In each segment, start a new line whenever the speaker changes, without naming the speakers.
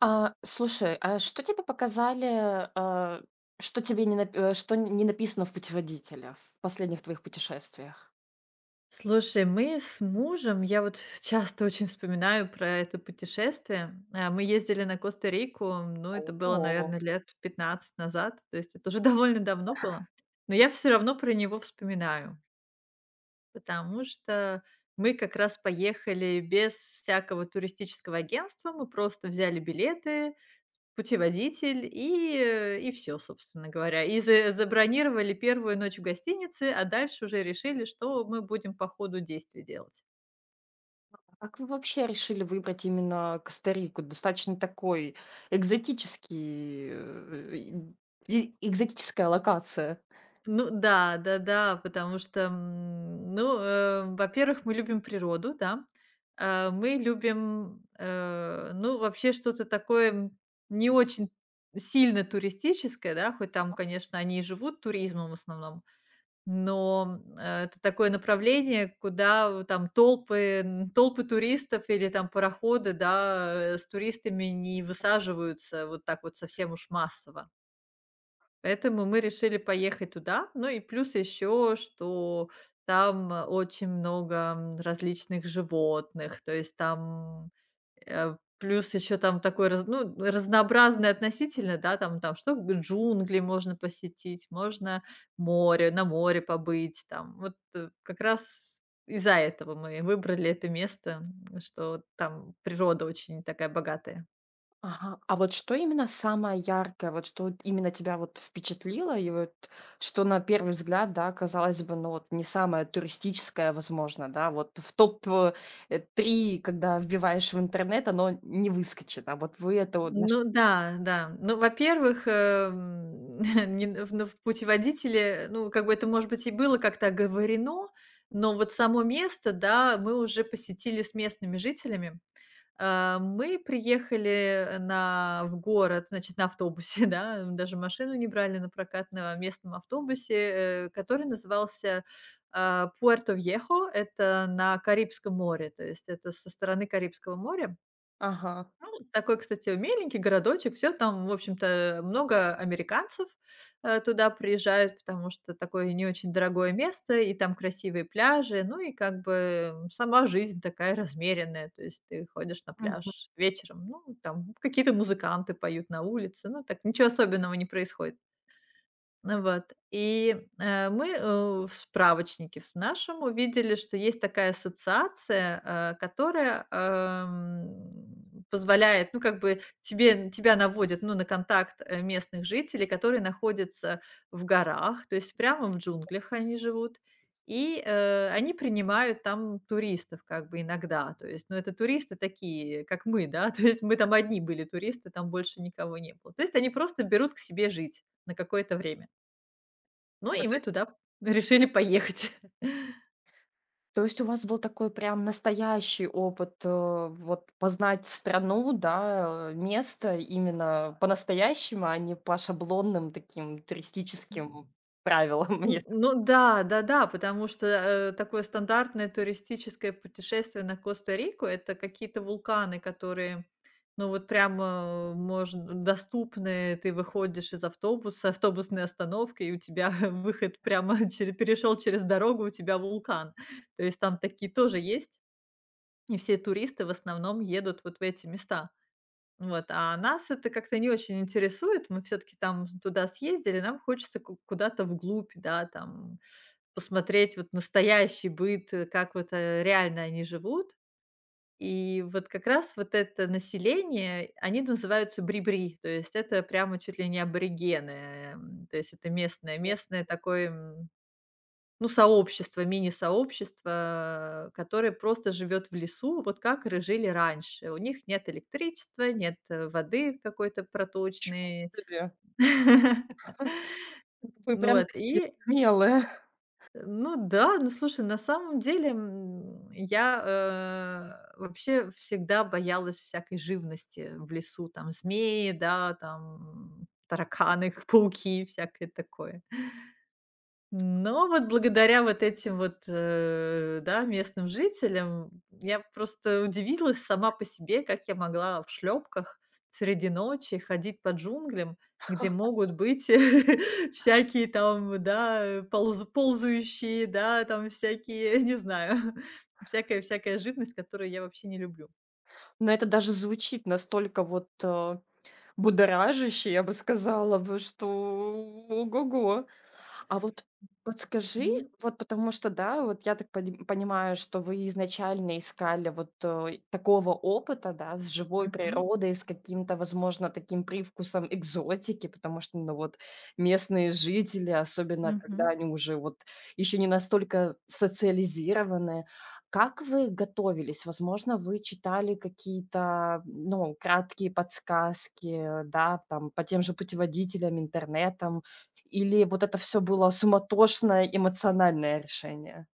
Слушай, а что тебе показали, а, что тебе не нап э, что не написано в путеводителе в последних твоих путешествиях?
Слушай, мы с мужем, я вот часто очень вспоминаю про это путешествие. Мы ездили на Коста-Рику, ну, это было,
О.
наверное, лет 15 назад, то есть это уже довольно давно было. Но я все равно про него вспоминаю. Потому что мы как раз поехали без всякого туристического агентства. Мы просто взяли билеты, путеводитель и все, собственно говоря. И за забронировали первую ночь в гостинице, а дальше уже решили, что мы будем по ходу действий делать.
Как вы вообще решили выбрать именно Коста-Рику? Достаточно такой экзотический, экзотическая локация.
Ну да, да-да, потому что, ну, во-первых, мы любим природу, да. Мы любим, ну, вообще что-то такое, не очень сильно туристическое, да, хоть там, конечно, они и живут туризмом в основном, но, это такое направление, куда в там толпы туристов или там пароходы, да, с туристами не высаживаются вот так вот совсем уж массово. Поэтому мы решили поехать туда. Ну и плюс еще, что там очень много, различных животных, то есть там, плюс еще там такой раз ну, разнообразный относительно, да, там что г джунгли можно посетить, на море побыть там. Вот, как раз из-за этого мы выбрали это место, что там природа очень такая богатая.
Ага. А вот что именно самое яркое, вот что вот именно тебя вот впечатлило, и вот что на первый взгляд, да, казалось бы, ну вот не самое туристическое, возможно, да, вот в три, когда вбиваешь в интернет, оно не выскочит, а вот вы это вот.
Ну да, да. Ну, во-первых, не н в ну, в путеводителе, ну, как бы это, может быть, и было как-то оговорено, но вот само место, да, мы уже посетили с местными жителями. Мы приехали на в город, значит, на автобусе, да, даже машину не брали на прокат на местном автобусе, который назывался, Пуэрто-Вьехо. Это на Карибском море, то есть это со стороны Карибского моря.
Ага.
Ну, такой, кстати, миленький городочек, все там, в общем-то, много американцев, туда приезжают, потому что такое не очень дорогое место, и там красивые пляжи, ну и как бы сама жизнь такая размеренная. То есть ты ходишь на
Мгм.
пляж вечером, ну, там какие-то музыканты поют на улице, ну так, ничего особенного не происходит. Ну вот. И, мы, в справочнике в нашем увидели, что есть такая ассоциация, которая, позволяет, ну, как бы тебе тебя наводит, ну, на контакт, местных жителей, которые находятся в горах, то есть прямо в джунглях они живут. И, они принимают там туристов как бы иногда. То есть, ну, это туристы такие, как мы, да, то есть мы там одни были туристы, там больше никого не было. То есть они просто берут к себе жить на какое-то время. Ну
Ну,
и
то
мы туда решили поехать.
то есть у вас был такой прям настоящий опыт, вот познать страну, да, место именно по-настоящему, а не по шаблонным таким туристическим правилам.
Н ну да, да-да, потому что, такое стандартное туристическое путешествие на Коста-Рику — это какие-то вулканы, которые, ну, вот прямо можно можн доступны. Ты выходишь из автобуса, автобусной остановки, и у тебя выход прямо перешел через дорогу, у тебя вулкан. То есть там такие тоже есть, и все туристы в основном едут вот в эти места. Вот, а нас это как-то не очень интересует. Мы все таки там туда съездили, нам хочется ку куда-то вглубь, да, там посмотреть вот настоящий быт, как вот, реально они живут. И вот как раз вот это население, они называются брибри, то есть это прямо чуть ли не аборигены, то есть это местное такой, ну, сообщество, мини-сообщество, которое просто живет в лесу, вот как р жили раньше. У них нет электричества, нет, воды какой-то
Ничего
проточной.
себе! Вы
Ну
прям
вот.
такие
И
смелые.
ну да, ну слушай, на самом деле, я, вообще всегда боялась всякой живности в лесу, там змеи, да, там тараканы, пауки, всякое такое. Но вот благодаря вот этим вот, да, местным жителям я просто удивилась сама по себе, как я могла в шлепках среди ночи ходить по джунглям, где могут быть всякие там, да, ползающие, да, там всякие, не знаю, всякая живность, которую я вообще не люблю.
Но это даже звучит настолько будоражаще, я бы сказала бы, что ого-го. А вот подскажи,
Мгм.
вот потому что, да, вот я так понимаю, что вы изначально искали такого опыта, да, с живой
Мгм.
природой, с каким-то, возможно, таким привкусом экзотики, потому что, ну вот, местные жители, особенно когда
Мгм.
они уже вот еще не настолько социализированы, как вы готовились? Возможно, вы читали какие-то, ну, краткие подсказки, да, там, по тем же путеводителям, интернетам, или вот это все было суматошное эмоциональное решение?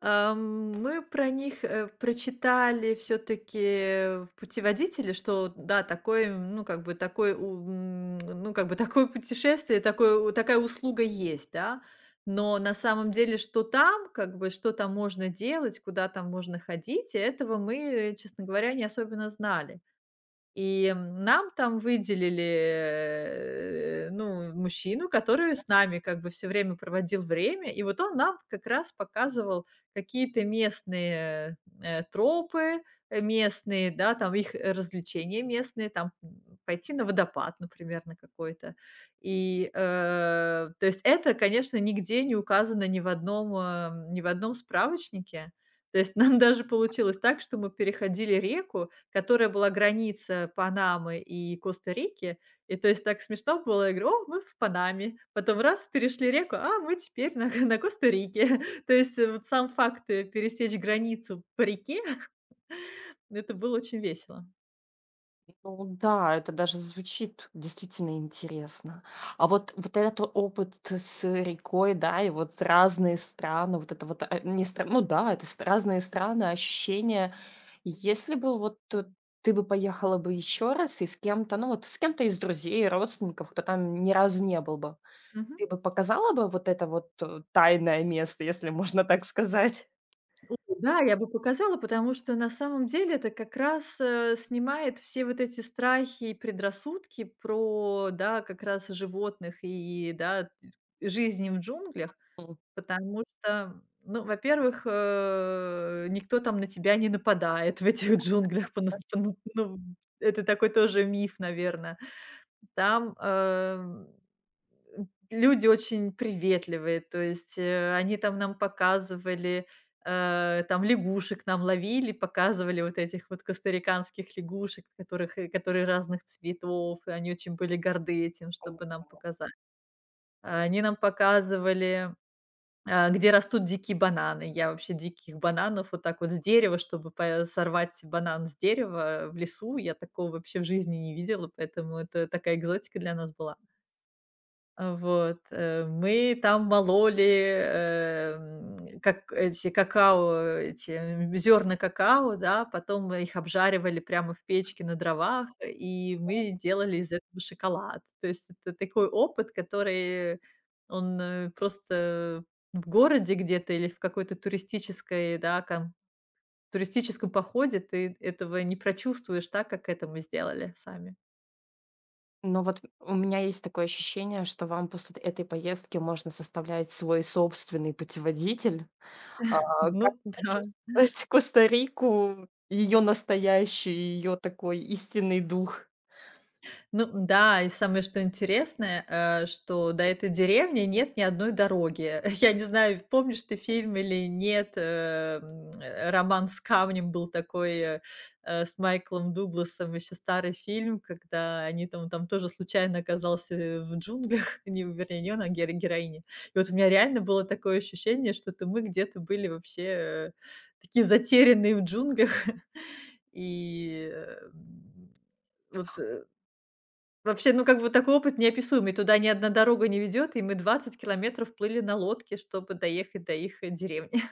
Мы про них, прочитали все таки в путеводителе, что да, такой, ну, как бы такой, ну, как бы такое путешествие, такое у такая услуга есть, да. Но на самом деле, что там, как бы, что там можно делать, куда там можно ходить, этого мы, честно говоря, не особенно знали. И нам там выделили, ну, мужчину, который с нами как бы все время проводил время. И вот он нам как раз показывал какие-то местные, тропы, местные, да, там их развлечения местные, там, пойти на водопад, например, на какой-то. И, то есть это, конечно, нигде не указано ни в одном справочнике. То есть нам даже получилось так, что мы переходили реку, которая была граница Панамы и Коста-Рики. И то есть так смешно было. Я говорю: «О, мы в Панаме». Потом раз, перешли реку, а мы теперь на на Коста-Рике. То есть вот сам факт, пересечь границу по реке, это было очень весело.
Ну да, это даже звучит действительно интересно. А вот вот этот опыт с рекой, да, и вот разные страны, вот это вот, а, не стран ну да, это ст разные страны, ощущения. Если бы ты бы поехала бы еще раз и с кем-то, ну вот с кем-то из друзей, родственников, кто там ни разу не был бы,
Мгм.
ты бы показала бы вот это вот, тайное место, если можно так сказать?
Да, я бы показала, потому что на самом деле это как раз, снимает все вот эти страхи и предрассудки про, да, как раз животных и, да, жизни в джунглях.
М.
Потому что, ну, во-первых, никто там на тебя не нападает в этих джунглях. Понас пону Ну, это такой тоже миф, наверное. Там, люди очень приветливые, то есть, они там нам показывали, там лягушек нам ловили, показывали вот этих вот костариканских лягушек, которых и которые разных цветов, и они очень были горды этим, чтобы нам показать. Они нам показывали, где растут дикие бананы. Я вообще диких бананов вот так вот с дерева, чтобы по сорвать банан с дерева в лесу, я такого вообще в жизни не видела, поэтому это такая экзотика для нас была. Вот, мы там мололи, как эти какао, эти, зерна какао, да, потом мы их обжаривали прямо в печке на дровах, и мы делали из этого шоколад. То есть это такой опыт, который он, просто в городе где-то или в какой-то туристической, да, ком туристическом походе ты этого не прочувствуешь так, как это мы сделали сами.
Но вот у меня есть такое ощущение, что вам после этой поездки можно составлять свой собственный путеводитель. А, как
Ну да.
почувствовать Коста-Рику, ее настоящий, ее такой истинный дух.
Ну да, и самое, что интересное, что до этой деревни нет ни одной дороги. Я не знаю, помнишь ты фильм или нет, «Роман с камнем» был такой, с Майклом Дугласом, еще старый фильм, когда они там тоже случайно оказался, в джунглях, не, вернее, не он, а героиня. И вот у меня реально было такое ощущение, что это мы где-то были вообще, такие затерянные в джунглях. И, вот, э, вообще, ну, как бы такой опыт неописуемый. Туда ни одна дорога не ведет, и мы 20 километров плыли на лодке, чтобы доехать до их, деревни.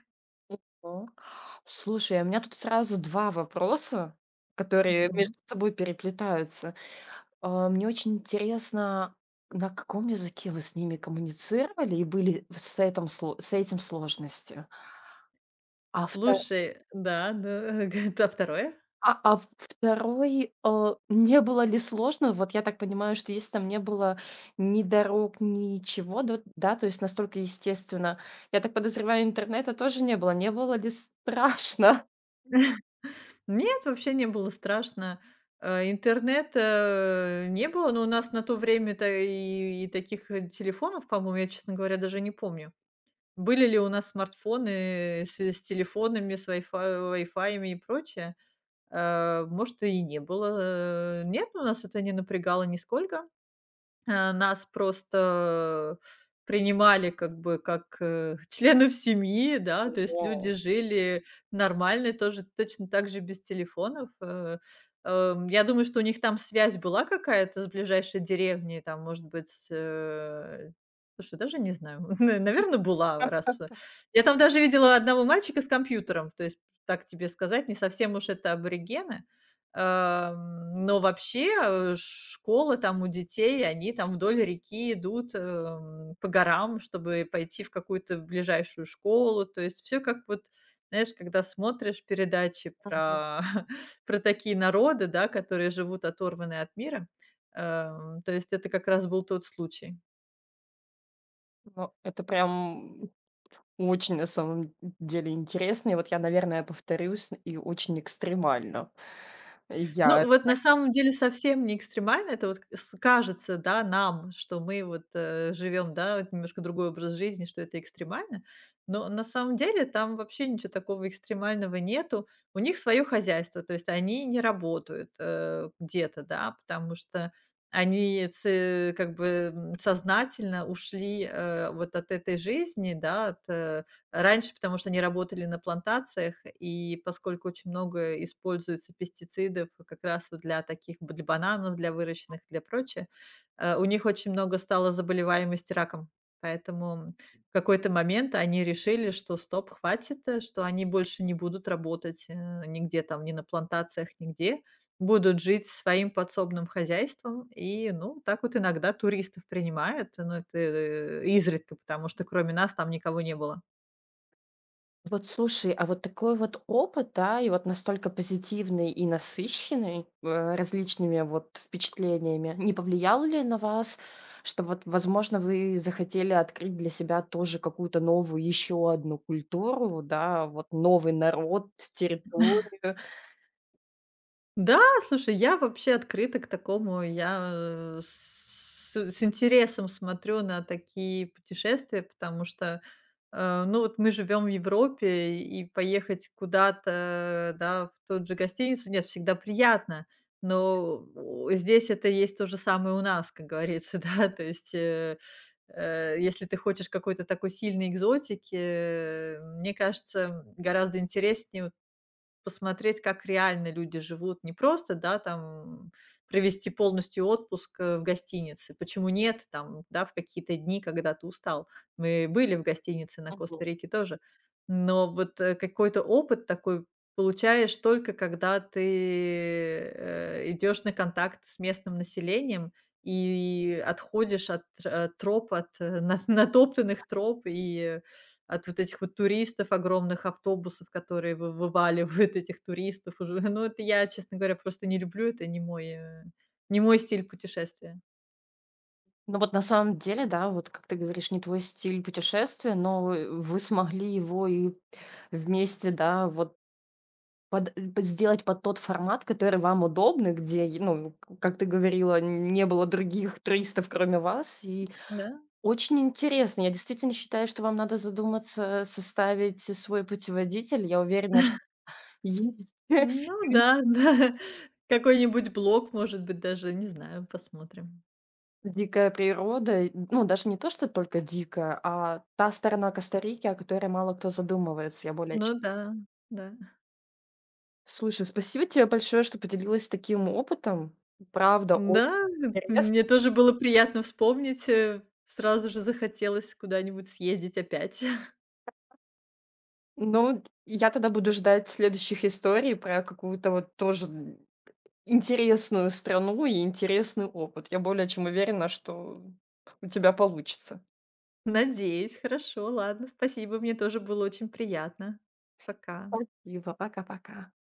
О, слушай, а у меня тут сразу 2 вопроса, которые
Мгм.
между собой переплетаются. А, мне очень интересно, на каком языке вы с ними коммуницировали и были с этом сло с этим сложности? А
Слушай, да, да, г а 2?
а в 2, э, не было ли сложно? Вот я так понимаю, что если там не было ни дорог, ничего, да да, то есть настолько естественно. Я так подозреваю, интернета тоже не было. Не было ли страшно?
Нет, вообще не было страшно. Интернета не было, но у нас на то время-то и таких, телефонов, по-моему, я, честно говоря, даже не помню. Были ли у нас смартфоны с телефонами, с вайфаями и прочее? Э, может, и не было. Э, нет, у нас это не напрягало нисколько. Э, нас просто принимали как бы как, э, членов семьи, да, то есть люди
Ого.
жили нормально, тоже точно так же без телефонов. Я думаю, что у них там связь была какая-то с ближайшей деревней, там, может быть, с, слушай, даже не знаю, наверное, была, раз я там даже видела одного мальчика с компьютером, то есть, так тебе сказать, не совсем уж это аборигены. Но вообще, школы там у детей, они там вдоль реки идут, по горам, чтобы пойти в какую-то ближайшую школу. То есть все как вот, знаешь, когда смотришь передачи
Мгм.
про про такие народы, да, которые живут оторванные от мира, то есть это как раз был тот случай.
Ну, это прям очень на самом деле интересно. И вот я, наверное, повторюсь, и очень экстремально.
Ну,
Я.
вот на самом деле совсем не экстремально. Это вот с кажется, да, нам, что мы вот, живем, да, вот немножко другой образ жизни, что это экстремально. Но на самом деле там вообще ничего такого экстремального нету. У них свое хозяйство, то есть они не работают, где-то, да, потому что они ц как бы, сознательно ушли, вот от этой жизни, да, от, раньше, потому что они работали на плантациях, и поскольку очень много используется пестицидов как раз вот для таких, б для бананов, для выращенных, для прочее, у них очень много стало заболеваемости раком. Поэтому в какой-то момент они решили, что стоп, хватит, что они больше не будут работать, нигде там, ни на плантациях, нигде. Будут жить своим подсобным хозяйством и, ну, так вот иногда туристов принимают, но это, изредка, потому что кроме нас там никого не было.
Вот слушай, а вот такой вот опыт, да, и вот настолько позитивный и насыщенный, различными вот впечатлениями, не повлиял ли на вас, что вот, возможно, вы захотели открыть для себя тоже какую-то новую, еще одну культуру, да, вот новый народ, территорию?
Да, слушай, я вообще открыта к такому. Я, э, с с интересом смотрю на такие путешествия, потому что, ну, вот мы живем в Европе, и поехать куда-то, да, в тот же гостиницу, нет, всегда приятно. Но у здесь это есть то же самое у нас, как говорится, да. То есть, если ты хочешь какой-то такой сильной экзотики, мне кажется, гораздо интереснее вот посмотреть, как реально люди живут. Не просто, да, там провести полностью отпуск, в гостинице. Почему нет? Там, да, в какие-то дни, когда ты устал. Мы были в гостинице на
Мгм.
Коста-Рике тоже. Но вот, какой-то опыт такой получаешь только когда ты, идёшь на контакт с местным населением и отходишь от троп, от на натоптанных троп и от вот этих вот туристов, огромных автобусов, которые вы вываливают этих туристов уже. Ну, это я, честно говоря, просто не люблю, это не мой, стиль путешествия.
Ну вот на самом деле, да, вот как ты говоришь, не твой стиль путешествия, но вы смогли его и вместе, да, вот Под п сделать под тот формат, который вам удобный, где, ну, к как ты говорила, не было других туристов, кроме вас. И
Да?
очень интересно. Я действительно считаю, что вам надо задуматься, составить свой путеводитель. Я уверена, что есть
Ну да, да. Какой-нибудь блог, может быть, даже, не знаю, посмотрим.
дикая природа. И, ну, даже не то, что только дикая, а та сторона Коста-Рики, о которой мало кто задумывается, я более
Ну
чем.
да, да.
Слушай, спасибо тебе большое, что поделилась таким опытом. Правда, очень
Да,
интересно.
мне тоже было приятно вспомнить, сразу же захотелось куда-нибудь съездить опять.
Ну, я тогда буду ждать следующих историй про какую-то вот тоже интересную страну и интересный опыт. Я более чем уверена, что у тебя получится.
Надеюсь, хорошо, ладно, спасибо, мне тоже было очень приятно. Пока.
Спасибо, пока-пока.